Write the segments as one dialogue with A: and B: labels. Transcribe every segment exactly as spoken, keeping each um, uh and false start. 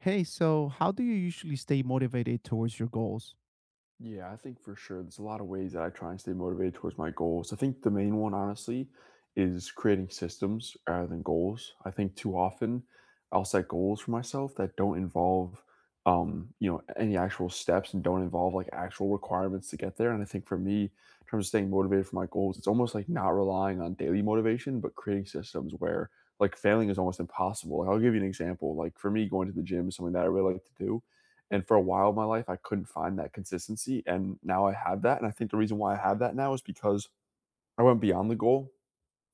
A: Hey, so how do you usually stay motivated towards your goals?
B: Yeah, I think for sure. There's a lot of ways that I try and stay motivated towards my goals. I think the main one, honestly, is creating systems rather than goals. I think too often I'll set goals for myself that don't involve, um, you know, any actual steps and don't involve like actual requirements to get there. And I think for me, in terms of staying motivated for my goals, it's almost like not relying on daily motivation, but creating systems where like failing is almost impossible. Like I'll give you an example. Like for me, going to the gym is something that I really like to do, and for a while in my life, I couldn't find that consistency. And now I have that. And I think the reason why I have that now is because I went beyond the goal.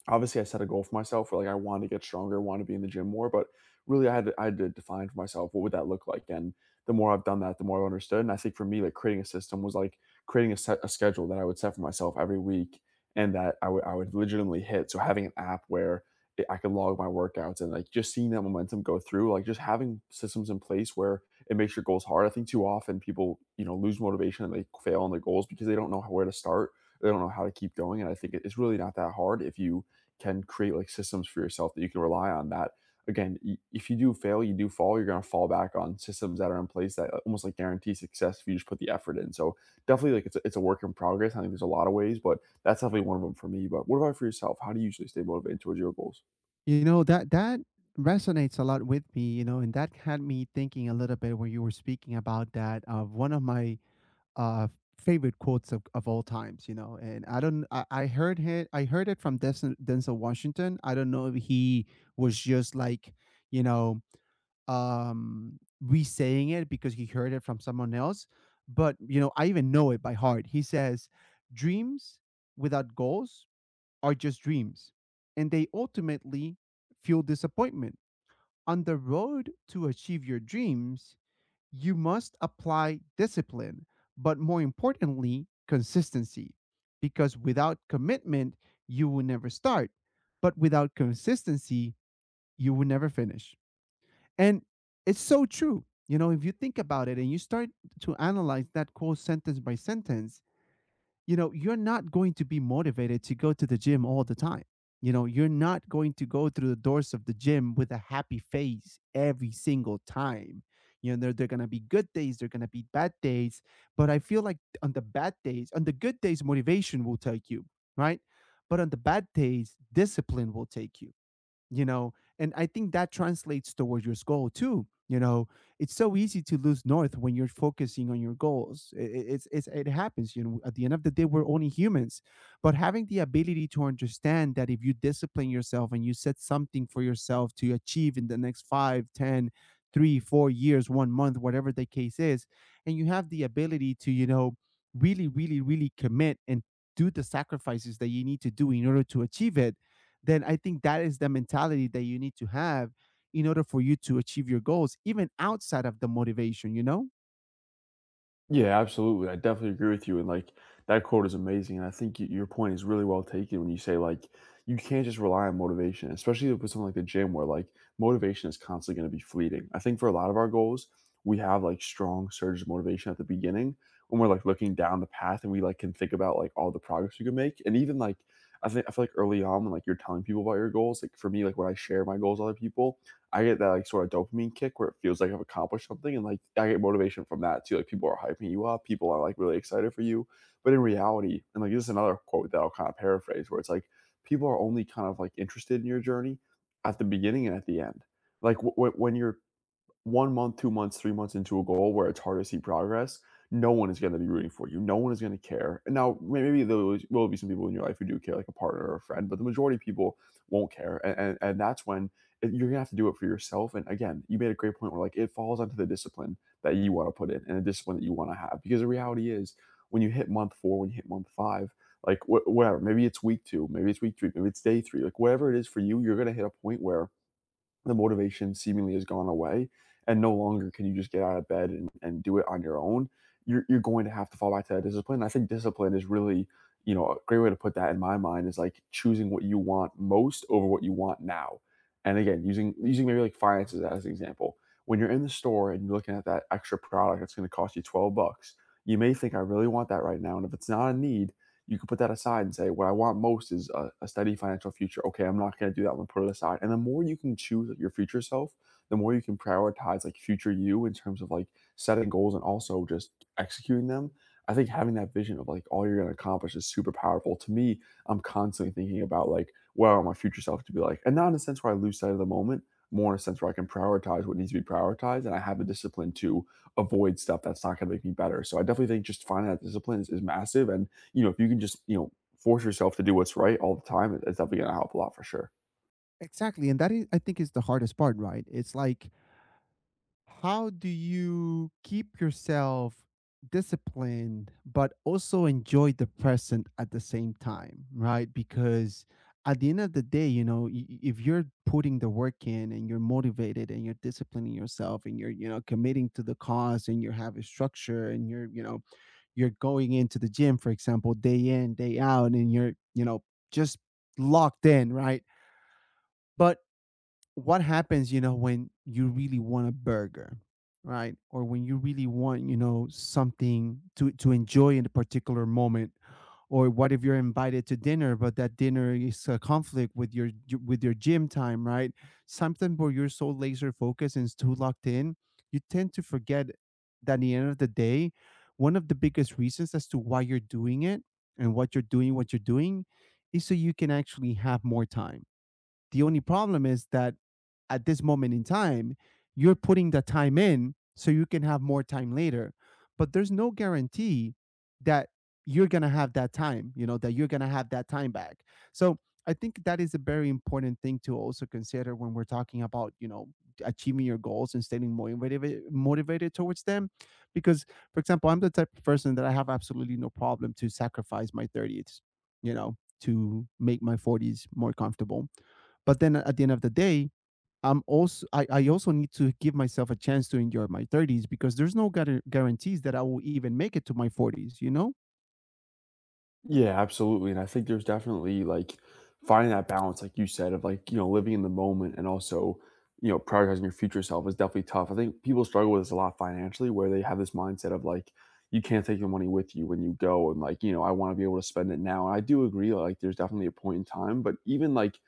B: Obviously, I set a goal for myself where, like, I wanted to get stronger, wanted to be in the gym more, but really I had to I had to define for myself what would that look like, and the more I've done that, the more I've understood, and I think for me, like, creating a system was, like, creating a set a schedule that I would set for myself every week and that I would I would legitimately hit, so having an app where i I could log my workouts and, like, just seeing that momentum go through, like, just having systems in place where it makes your goals hard. I think too often people, you know, lose motivation and they fail on their goals because they don't know how, where to start, they don't know how to keep going, and I think it it's really not that hard if you can create like systems for yourself that you can rely on that again, y- if you do fail, you do fall, you're going to fall back on systems that are in place that uh, almost like guarantee success if you just put the effort in. So definitely, like, it's a, it's a work in progress. I think there's a lot of ways, but that's definitely one of them for me. But what about for yourself? How do you usually stay motivated towards your goals?
A: You know, that that resonates a lot with me, you know, and that had me thinking a little bit when you were speaking about that of one of my uh favorite quotes of, of all times, you know. And I don't I, I heard it I heard it from Denzel, Denzel Washington. I don't know if he was just like, you know, um re-saying it because he heard it from someone else, but you know, I even know it by heart. He says, "Dreams without goals are just dreams, and they ultimately fuel disappointment. On the road to achieve your dreams, you must apply discipline, but more importantly, consistency. Because without commitment, you will never start, but without consistency, you will never finish." And it's so true. You know, if you think about it and you start to analyze that quote sentence by sentence, you know, you're not going to be motivated to go to the gym all the time. You know, you're not going to go through the doors of the gym with a happy face every single time. You know, there, there are going to be good days, there are going to be bad days. But I feel like on the bad days, on the good days, motivation will take you, right? But on the bad days, discipline will take you, you know, and I think that translates towards your goal too, you know. It's so easy to lose north when you're focusing on your goals. I- I- it's, it's it happens, you know, at the end of the day we're only humans. But having the ability to understand that if you discipline yourself and you set something for yourself to achieve in the next five, ten, three, four years one month whatever the case is, and you have the ability to, you know, really really really commit and do the sacrifices that you need to do in order to achieve it, then I think that is the mentality that you need to have in order for you to achieve your goals, even outside of the motivation, you know?
B: Yeah, absolutely. I definitely agree with you. And like that quote is amazing. And I think y- your point is really well taken when you say like you can't just rely on motivation, especially with something like the gym where like motivation is constantly going to be fleeting. I think for a lot of our goals, we have like strong surges of motivation at the beginning when we're like looking down the path and we like can think about like all the progress we can make. And even like I think I feel like early on when like you're telling people about your goals, like for me, like when I share my goals with other people, I get that like sort of dopamine kick where it feels like I've accomplished something, and like I get motivation from that too. Like people are hyping you up, people are like really excited for you. But in reality, and like this is another quote that I'll kind of paraphrase, where it's like people are only kind of like interested in your journey at the beginning and at the end. Like w- w- when you're one month, two months, three months into a goal where it's hard to see progress, no one is going to be rooting for you. No one is going to care. And now maybe there will be some people in your life who do care, like a partner or a friend, but the majority of people won't care. And, and, and that's when you're going to have to do it for yourself. And again, you made a great point where like it falls onto the discipline that you want to put in and the discipline that you want to have. Because the reality is when you hit month four, when you hit month five, like wh- whatever, maybe it's week two, maybe it's week three, maybe it's day three, like whatever it is for you, you're going to hit a point where the motivation seemingly has gone away and no longer can you just get out of bed and, and do it on your own. You're, you're going to have to fall back to that discipline, and I think discipline is really, you know, a great way to put that in my mind is like choosing what you want most over what you want now. And again, using using maybe like finances as an example, when you're in the store and you're looking at that extra product that's going to cost you twelve bucks, you may think I really want that right now, and if it's not a need, you can put that aside and say, what I want most is a, a steady financial future. Okay, I'm not going to do that one. Put it aside. And the more you can choose your future self, the more you can prioritize like future you in terms of like setting goals and also just executing them. I think having that vision of like all you're going to accomplish is super powerful. To me, I'm constantly thinking about like what I want my future self to be like, and not in a sense where I lose sight of the moment, more in a sense where I can prioritize what needs to be prioritized, and I have the discipline to avoid stuff that's not going to make me better. So I definitely think just finding that discipline is, is massive, and you know, if you can just, you know, force yourself to do what's right all the time, it- it's definitely going to help a lot for sure.
A: Exactly. And that is, I think, is the hardest part, right? It's like, how do you keep yourself disciplined, but also enjoy the present at the same time, right? Because at the end of the day, you know, y- y- if you're putting the work in and you're motivated and you're disciplining yourself and you're, you know, committing to the cause and you have a structure and you're, you know, you're going into the gym, for example, day in, day out, and you're, you know, just locked in, right? But what happens, you know, when you really want a burger, right? Or when you really want, you know, something to to enjoy in a particular moment. Or what if you're invited to dinner, but that dinner is a conflict with your with your gym time, right? Something where you're so laser focused and too locked in, you tend to forget that at the end of the day, one of the biggest reasons as to why you're doing it and what you're doing, what you're doing, is so you can actually have more time. The only problem is that at this moment in time, you're putting the time in so you can have more time later. But there's no guarantee that you're going to have that time, you know, that you're going to have that time back. So I think that is a very important thing to also consider when we're talking about, you know, achieving your goals and staying motivated motivated towards them. Because, for example, I'm the type of person that I have absolutely no problem to sacrifice my thirties, you know, to make my forties more comfortable. But then at the end of the day, I'm also I, I also need to give myself a chance to endure my thirties, because there's no guar- guarantees that I will even make it to my forties, you know?
B: Yeah, absolutely. And I think there's definitely like finding that balance, like you said, of like, you know, living in the moment and also, you know, prioritizing your future self is definitely tough. I think people struggle with this a lot financially where they have this mindset of like, you can't take your money with you when you go. And like, you know, I want to be able to spend it now. And I do agree, like, there's definitely a point in time, but even like,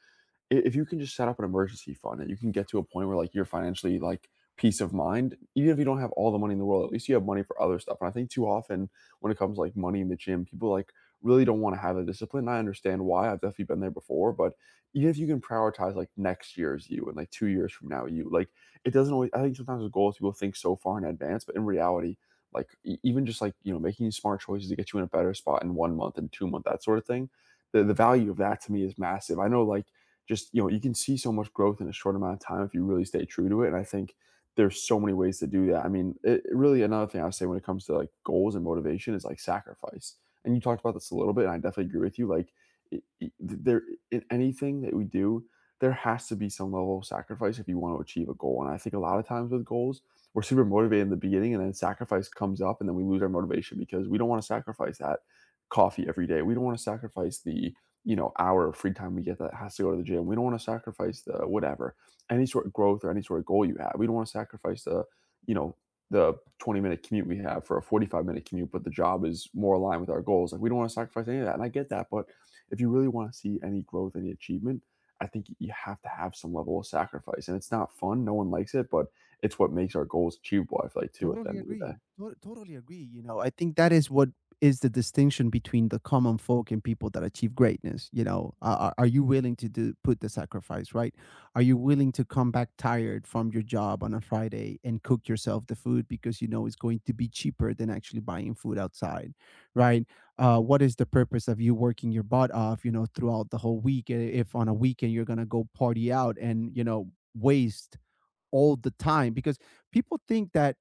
B: if you can just set up an emergency fund and you can get to a point where like you're financially like peace of mind, even if you don't have all the money in the world, at least you have money for other stuff. And I think too often when it comes to, like, money in the gym, people like really don't want to have the discipline. And I understand why. I've definitely been there before, but even if you can prioritize like next year's you and like two years from now you, like, it doesn't always, I think sometimes with goals people think so far in advance, but in reality, like e- even just like, you know, making smart choices to get you in a better spot in one month and two month, that sort of thing, the, the value of that to me is massive. I know like, just, you know, you can see so much growth in a short amount of time if you really stay true to it. And I think there's so many ways to do that. I mean, it, really another thing I would say when it comes to like goals and motivation is like sacrifice, and you talked about this a little bit and I definitely agree with you, like it, it- there in anything that we do, there has to be some level of sacrifice if you want to achieve a goal. And I think a lot of times with goals, we're super motivated in the beginning and then sacrifice comes up and then we lose our motivation because we don't want to sacrifice that coffee every day. We don't want to sacrifice the, you know, hour of free time we get that has to go to the gym. We don't want to sacrifice the whatever, any sort of growth or any sort of goal you have. We don't want to sacrifice the, you know, the twenty minute commute we have for a forty-five minute commute, but the job is more aligned with our goals. Like we don't want to sacrifice any of that. And I get that. But if you really want to see any growth, any achievement, I think you have to have some level of sacrifice. And it's not fun. No one likes it, but it's what makes our goals achievable, I feel like, too, at the
A: Totally
B: end of the day.
A: agree. To- totally agree. You know, I think that is what is the distinction between the common folk and people that achieve greatness. You know, are, are are you willing to do put the sacrifice, right? Are you willing to come back tired from your job on a Friday and cook yourself the food because you know it's going to be cheaper than actually buying food outside, right? Uh, what is the purpose of you working your butt off, you know, throughout the whole week? i- If on a weekend you're gonna go party out and you know waste all the time, because people think that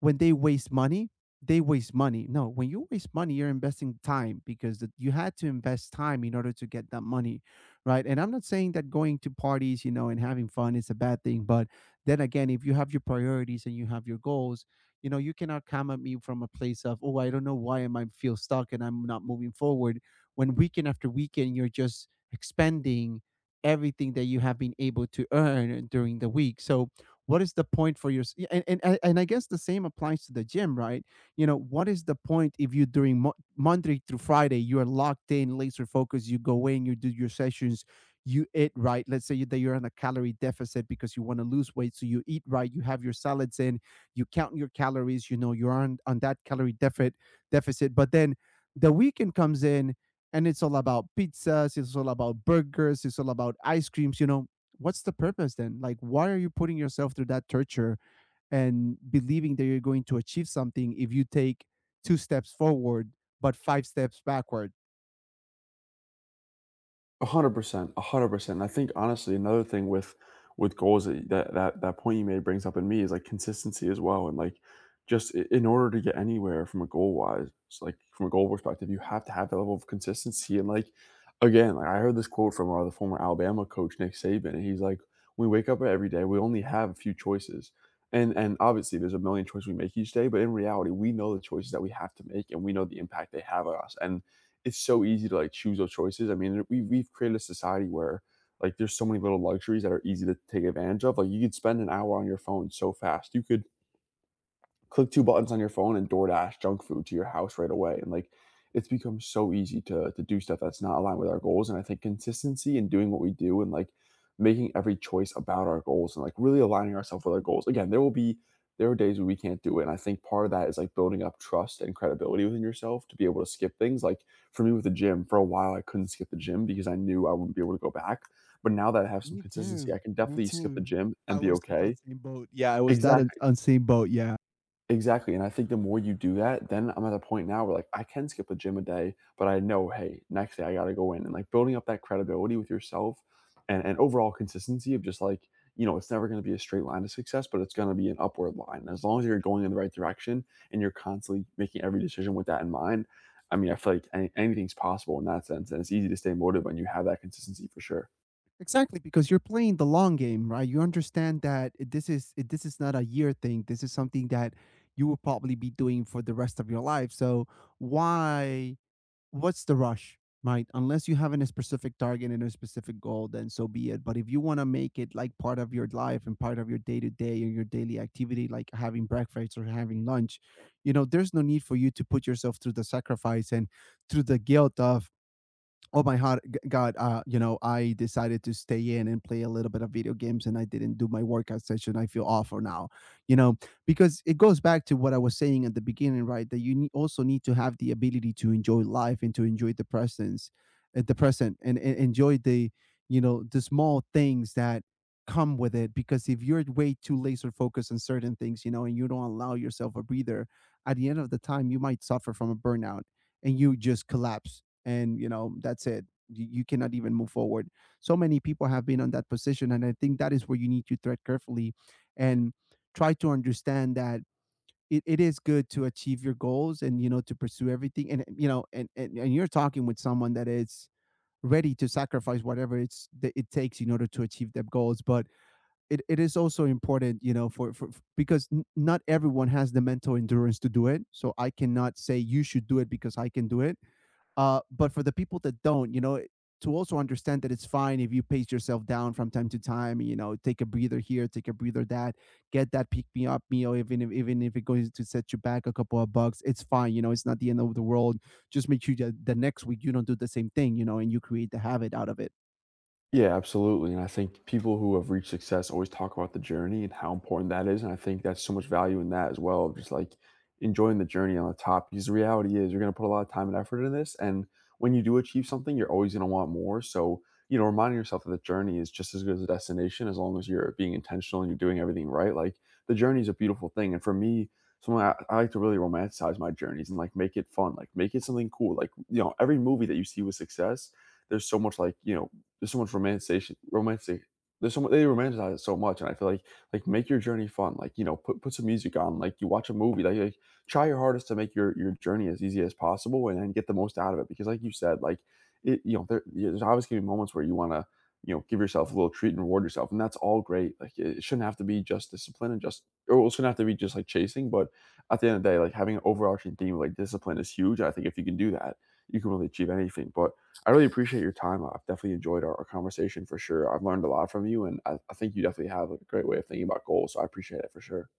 A: when they waste money, they waste money. No, when you waste money, you're investing time, because the, you had to invest time in order to get that money, right? And I'm not saying that going to parties, you know, and having fun is a bad thing, but then again, if you have your priorities and you have your goals, you know, you cannot come at me from a place of, oh, I don't know why am I might feel stuck and I'm not moving forward. When weekend after weekend, you're just expending everything that you have been able to earn during the week. So what is the point for your, yeah, and, and I- and i guess the same applies to the gym, right? You know, what is the point if you during Mo- monday through Friday you are locked in, laser focused, you go in, you do your sessions, you eat right, let's say you- that you're on a calorie deficit because you want to lose weight, so you eat right, you have your salads in, you count your calories, you know, you're on on that calorie deficit deficit. But then the weekend comes in, and it's all about pizzas, it's all about burgers, it's all about ice creams, you know, what's the purpose then? Like, why are you putting yourself through that torture and believing that you're going to achieve something if you take two steps forward but five steps backward?
B: one hundred percent, a one hundred percent. I think, honestly, another thing with with goals that that that that point you made brings up in me is, like, consistency as well, and, like, just I in order to get anywhere from a goal-wise, like, from a goal perspective, you have to have that level of consistency, and, like, again, like, I heard this quote from, uh, the former Alabama coach, Nick Saban, and he's like, "We wake up every day, we only have a few choices," and and obviously, there's a million choices we make each day, but in reality, we know the choices that we have to make, and we know the impact they have on us, and it's so easy to like choose those choices. I mean, we we've created a society where like there's so many little luxuries that are easy to take advantage of. Like you could spend an hour on your phone so fast. You could click two buttons on your phone and DoorDash junk food to your house right away, and, like, it's become so easy to to do stuff that's not aligned with our goals, and I think consistency in doing what we do and, like, making every choice about our goals and, like, really aligning ourselves with our goals. Again, there will be there are days where we can't do it, and I think part of that is, like, building up trust and credibility within yourself to be able to skip things. Like, for me with the gym, for a while, I couldn't skip the gym because I knew I wouldn't be able to go back, but now that I have some
A: Me
B: consistency,
A: too.
B: I can
A: Me
B: definitely skip the
A: too.
B: gym and
A: I
B: be
A: was in that
B: okay.
A: same boat. Yeah, I was that un-
B: Exactly.
A: on same boat. Yeah,
B: Exactly, and I think the more you do that, then I'm at a point now where, like, I can skip a gym a day, but I know, "Hey, next day I gotta go in," and, like, building up that credibility with yourself and and overall consistency of just, like, you know, it's never gonna be a straight line to success, but it's gonna be an upward line. And as long as you're going in the right direction and you're constantly making every decision with that in mind, I mean, I feel like any anything's possible in that sense, and it's easy to stay motivated when you have that consistency for sure.
A: exactly. Because you're playing the long game, right? You understand that it- this is it- this is not a year thing. This is something that you will probably be doing for the rest of your life. So why? What's the rush, right? Unless you have an- a specific target and a specific goal, then so be it. But if you want to make it like part of your life and part of your day to day and your daily activity, like having breakfast or having lunch, you know, there's no need for you to put yourself through the sacrifice and through the guilt of, oh my heart god, uh you know, I decided to stay in and play a little bit of video games and I didn't do my workout session, I feel awful now, you know. Because it goes back to what I was saying at the beginning, right, that you need, also need to have the ability to enjoy life and to enjoy the presence at the present, and, and enjoy the, you know, the small things that come with it. Because if you're way too laser focused on certain things, you know, and you don't allow yourself a breather, at the end of the time you might suffer from a burnout and you just collapse, and, you know, that's it, you, you cannot even move forward. So many people have been on that position and I think that is where you need to tread carefully. And try to understand that it, it is good to achieve your goals and you know to pursue everything, and you know, and and, and you're talking with someone that is ready to sacrifice whatever it's that it takes in order to achieve their goals. But it, it is also important, you know, for, for, because n- not everyone has the mental endurance to do it, so I cannot say you should do it because I can do it. Uh, but for the people that don't, you know, to also understand that it's fine if you pace yourself down from time to time. You know, take a breather here, take a breather that, get that pick me up meal, even if even if it goes to set you back a couple of bucks, it's fine. You know, it's not the end of the world. Just make sure that the next week you don't do the same thing. You know, and you create the habit out of it.
B: Yeah, absolutely, and I think people who have reached success always talk about the journey and how important that is, and I think that's so much value in that as well, just, like, enjoying the journey on the top, because the reality is you're gonna put a lot of time and effort in this, and when you do achieve something, you're always gonna want more, so, you know, reminding yourself that the journey is just as good as the destination as long as you're being intentional and you're doing everything right, like, the journey is a beautiful thing, and for me, someone I I like to really romanticize my journeys and, like, make it fun, like, make it something cool, like, you know, every movie that you see with success, there's so much, like, you know, there's so much romanticization romantic there's so much, they romanticize it so much, and I feel like like make your journey fun, like, you know, put, put some music on, like you watch a movie, like, like try your hardest to make your your journey as easy as possible and, and get the most out of it, because like you said, like, it, you know, there, yeah, there's always going to be moments where you want to, you know, give yourself a little treat and reward yourself, and that's all great. Like it, it shouldn't have to be just discipline and just, or it shouldn't have to be just like chasing, but at the end of the day, like, having an overarching theme of, like, discipline is huge. I think if you can do that, you can really achieve anything. But I really appreciate your time. I've definitely enjoyed our, our conversation for sure. I've learned a lot from you, and I, I think you definitely have a great way of thinking about goals. So I appreciate it for sure.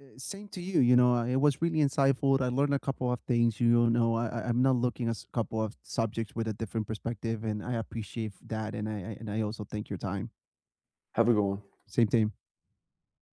A: Uh, Same to you. You know, uh, it was really insightful. I learned a couple of things. You know, I, I- I'm not looking at a couple of subjects with a different perspective, and I appreciate that. And I I- and I also thank your time.
B: Have a good one.
A: Same team.